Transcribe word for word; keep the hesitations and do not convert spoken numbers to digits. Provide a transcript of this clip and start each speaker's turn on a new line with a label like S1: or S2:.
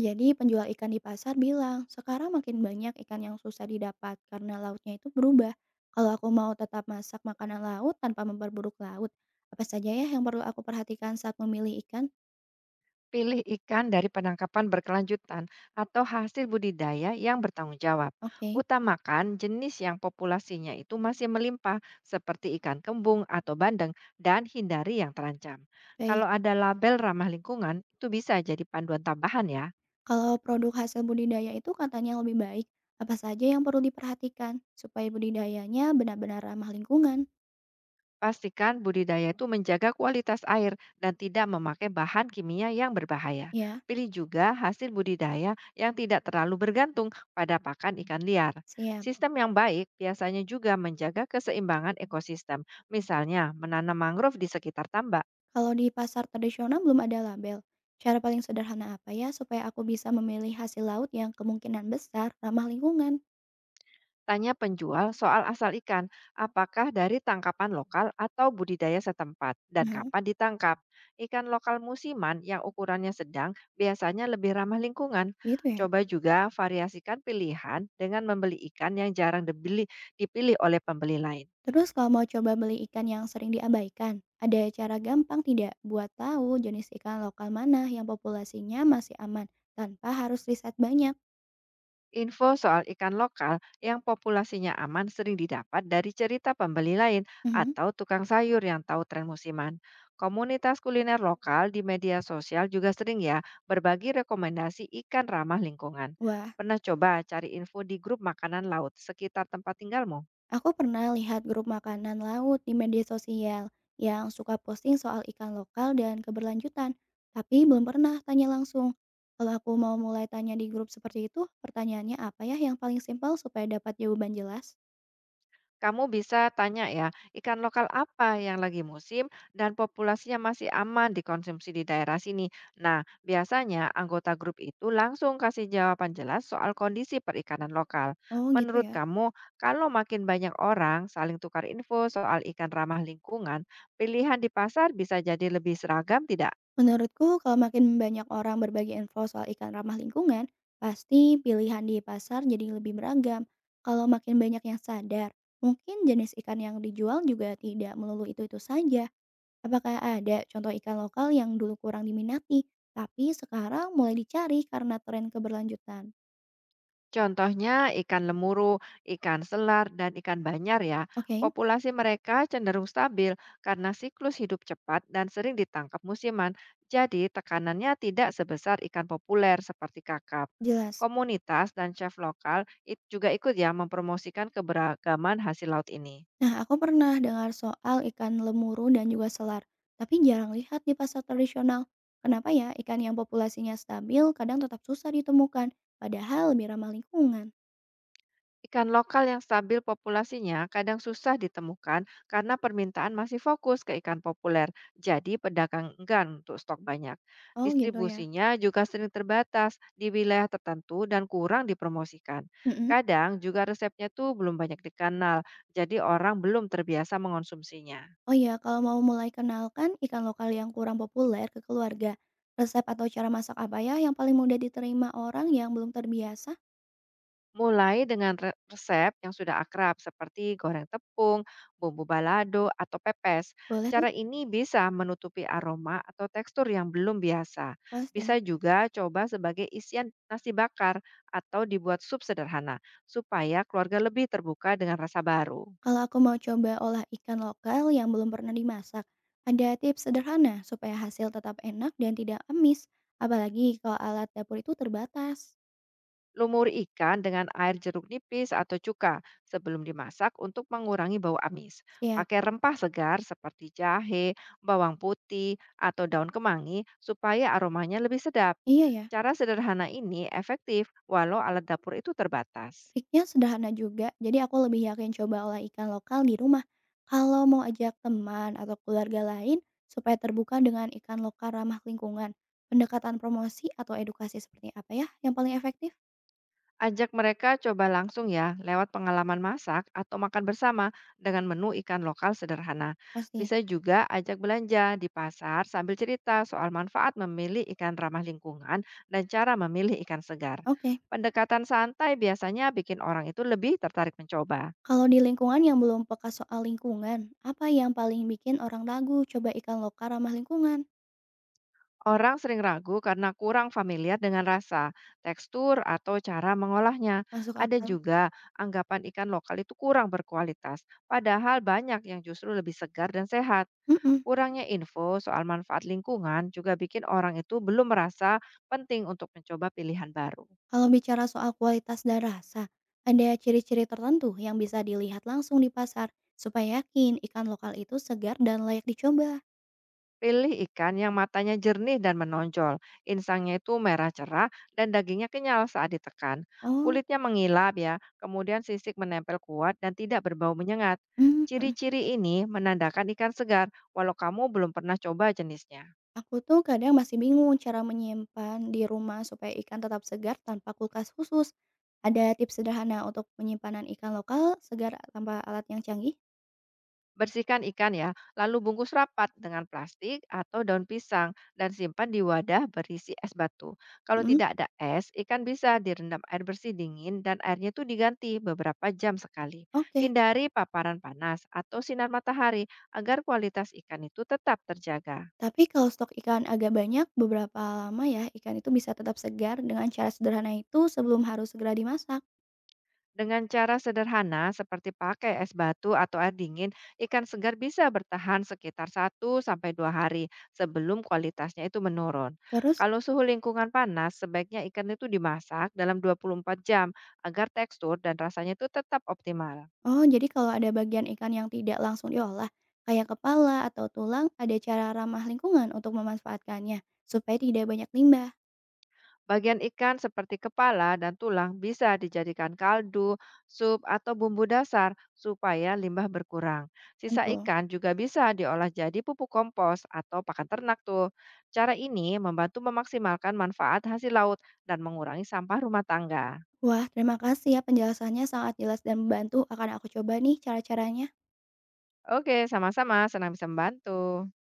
S1: Jadi penjual ikan di pasar bilang, sekarang makin banyak ikan yang susah didapat karena lautnya itu berubah. Kalau aku mau tetap masak makanan laut tanpa memperburuk laut, apa saja ya yang perlu aku perhatikan saat memilih ikan?
S2: Pilih ikan dari penangkapan berkelanjutan atau hasil budidaya yang bertanggung jawab.
S1: Oke,
S2: Utamakan jenis yang populasinya itu masih melimpah, seperti ikan kembung atau bandeng, dan hindari yang terancam. Kalau
S1: baik.
S2: ada label ramah lingkungan, itu bisa jadi panduan tambahan ya.
S1: Kalau produk hasil budidaya itu katanya lebih baik, apa saja yang perlu diperhatikan supaya budidayanya benar-benar ramah lingkungan?
S2: Pastikan budidaya itu menjaga kualitas air dan tidak memakai bahan kimia yang berbahaya.
S1: Ya,
S2: Pilih juga hasil budidaya yang tidak terlalu bergantung pada pakan ikan liar.
S1: siap.
S2: Sistem yang baik biasanya juga menjaga keseimbangan ekosistem, misalnya menanam mangrove di sekitar tambak.
S1: Kalau di pasar tradisional belum ada label. Cara paling sederhana apa ya supaya aku bisa memilih hasil laut yang kemungkinan besar ramah lingkungan?
S2: Tanya penjual soal asal ikan, apakah dari tangkapan lokal atau budidaya setempat, dan
S1: Nah,
S2: kapan ditangkap. Ikan lokal musiman yang ukurannya sedang biasanya lebih ramah lingkungan.
S1: gitu ya.
S2: Coba juga variasikan pilihan dengan membeli ikan yang jarang dibeli, dipilih oleh pembeli lain.
S1: Terus kalau mau coba beli ikan yang sering diabaikan, ada cara gampang tidak buat tahu jenis ikan lokal mana yang populasinya masih aman tanpa harus riset banyak?
S2: Info soal ikan lokal yang populasinya aman sering didapat dari cerita pembeli lain
S1: Mhm.
S2: atau tukang sayur yang tahu tren musiman. Komunitas kuliner lokal di media sosial juga sering ya berbagi rekomendasi ikan ramah lingkungan.
S1: Wah,
S2: Pernah coba cari info di grup makanan laut sekitar tempat tinggalmu?
S1: aku pernah lihat grup makanan laut di media sosial yang suka posting soal ikan lokal dan keberlanjutan, tapi belum pernah tanya langsung. Kalau aku mau mulai tanya di grup seperti itu, pertanyaannya apa ya yang paling simpel supaya dapat jawaban jelas?
S2: Kamu bisa tanya ya, ikan lokal apa yang lagi musim dan populasinya masih aman dikonsumsi di daerah sini. Nah, biasanya anggota grup itu langsung kasih jawaban jelas soal kondisi perikanan lokal.
S1: Oh, gitu
S2: Menurut
S1: ya.
S2: kamu, kalau makin banyak orang saling tukar info soal ikan ramah lingkungan, pilihan di pasar bisa jadi lebih seragam tidak?
S1: Menurutku kalau makin banyak orang berbagi info soal ikan ramah lingkungan, pasti pilihan di pasar jadi lebih beragam. Kalau makin banyak yang sadar, mungkin jenis ikan yang dijual juga tidak melulu itu-itu saja. Apakah ada contoh ikan lokal yang dulu kurang diminati, tapi sekarang mulai dicari karena tren keberlanjutan?
S2: Contohnya ikan lemuru, ikan selar, dan ikan banyar ya.
S1: Oke,
S2: Populasi mereka cenderung stabil karena siklus hidup cepat dan sering ditangkap musiman, jadi tekanannya tidak sebesar ikan populer seperti kakap.
S1: jelas.
S2: Komunitas dan chef lokal it- juga ikut ya mempromosikan keberagaman hasil laut ini.
S1: Nah, aku pernah dengar soal ikan lemuru dan juga selar, tapi jarang lihat di pasar tradisional. Kenapa ya ikan yang populasinya stabil kadang tetap susah ditemukan, padahal lebih ramah lingkungan?
S2: Ikan lokal yang stabil populasinya kadang susah ditemukan karena permintaan masih fokus ke ikan populer, jadi pedagang enggan untuk stok banyak.
S1: Oh, gitu ya.
S2: Distribusinya juga sering terbatas di wilayah tertentu dan kurang dipromosikan.
S1: Mm-mm.
S2: Kadang juga resepnya tuh belum banyak dikenal, jadi orang belum terbiasa mengonsumsinya.
S1: Oh iya, kalau mau mulai kenalkan ikan lokal yang kurang populer ke keluarga, resep atau cara masak apa ya yang paling mudah diterima orang yang belum terbiasa?
S2: Mulai dengan re- resep yang sudah akrab seperti goreng tepung, bumbu balado, atau pepes.
S1: Boleh tuh.
S2: Cara ini bisa menutupi aroma atau tekstur yang belum biasa.
S1: Pasti.
S2: Bisa juga coba sebagai isian nasi bakar atau dibuat sup sederhana supaya keluarga lebih terbuka dengan rasa baru.
S1: Kalau aku mau coba olah ikan lokal yang belum pernah dimasak, ada tips sederhana supaya hasil tetap enak dan tidak amis, apalagi kalau alat dapur itu terbatas.
S2: Lumuri ikan dengan air jeruk nipis atau cuka sebelum dimasak untuk mengurangi bau amis.
S1: Siap.
S2: Pakai rempah segar seperti jahe, bawang putih, atau daun kemangi supaya aromanya lebih sedap.
S1: Iya ya,
S2: Cara sederhana ini efektif walau alat dapur itu terbatas.
S1: triknya sederhana juga, jadi aku lebih yakin coba olah ikan lokal di rumah. Kalau mau ajak teman atau keluarga lain supaya terbuka dengan ikan lokal ramah lingkungan, pendekatan promosi atau edukasi seperti apa ya yang paling efektif?
S2: Ajak mereka coba langsung ya lewat pengalaman masak atau makan bersama dengan menu ikan lokal sederhana.
S1: Pasti.
S2: Bisa juga ajak belanja di pasar sambil cerita soal manfaat memilih ikan ramah lingkungan dan cara memilih ikan segar.
S1: Oke.
S2: Pendekatan santai biasanya bikin orang itu lebih tertarik mencoba.
S1: Kalau di lingkungan yang belum peka soal lingkungan, apa yang paling bikin orang ragu coba ikan lokal ramah lingkungan?
S2: Orang sering ragu karena kurang familiar dengan rasa, tekstur, atau cara mengolahnya.
S1: Masuk
S2: Ada
S1: akal?
S2: juga anggapan ikan lokal itu kurang berkualitas, padahal banyak yang justru lebih segar dan sehat.
S1: Mhm.
S2: Kurangnya info soal manfaat lingkungan juga bikin orang itu belum merasa penting untuk mencoba pilihan baru.
S1: Kalau bicara soal kualitas dan rasa, ada ciri-ciri tertentu yang bisa dilihat langsung di pasar supaya yakin ikan lokal itu segar dan layak dicoba.
S2: Pilih ikan yang matanya jernih dan menonjol, insangnya itu merah cerah dan dagingnya kenyal saat ditekan.
S1: Oh,
S2: Kulitnya mengilap ya, kemudian sisik menempel kuat dan tidak berbau menyengat.
S1: mmm, mhm.
S2: Ciri-ciri ini menandakan ikan segar, walau kamu belum pernah coba jenisnya.
S1: Aku tuh kadang masih bingung cara menyimpan di rumah supaya ikan tetap segar tanpa kulkas khusus. Ada tips sederhana untuk penyimpanan ikan lokal segar tanpa alat yang canggih?
S2: Bersihkan ikan ya, lalu bungkus rapat dengan plastik atau daun pisang dan simpan di wadah berisi es batu. Kalau
S1: Mhm,
S2: tidak ada es, ikan bisa direndam air bersih dingin dan airnya itu diganti beberapa jam sekali.
S1: oke.
S2: Hindari paparan panas atau sinar matahari agar kualitas ikan itu tetap terjaga.
S1: Tapi kalau stok ikan agak banyak, beberapa lama ya, ikan itu bisa tetap segar dengan cara sederhana itu sebelum harus segera dimasak.
S2: Dengan cara sederhana seperti pakai es batu atau air dingin, ikan segar bisa bertahan sekitar satu sampai dua hari sebelum kualitasnya itu menurun.
S1: Terus,
S2: Kalau suhu lingkungan panas, sebaiknya ikan itu dimasak dalam dua puluh empat jam agar tekstur dan rasanya itu tetap optimal.
S1: oh jadi kalau ada bagian ikan yang tidak langsung diolah, kayak kepala atau tulang, ada cara ramah lingkungan untuk memanfaatkannya, supaya tidak banyak limbah.
S2: Bagian ikan seperti kepala dan tulang bisa dijadikan kaldu, sup, atau bumbu dasar supaya limbah berkurang. Sisa
S1: Tentu.
S2: ikan juga bisa diolah jadi pupuk kompos atau pakan ternak tuh. Cara ini membantu memaksimalkan manfaat hasil laut dan mengurangi sampah rumah tangga.
S1: Wah, terima kasih ya penjelasannya sangat jelas dan membantu. Akan aku coba nih cara-caranya.
S2: Oke, sama-sama. Senang bisa membantu.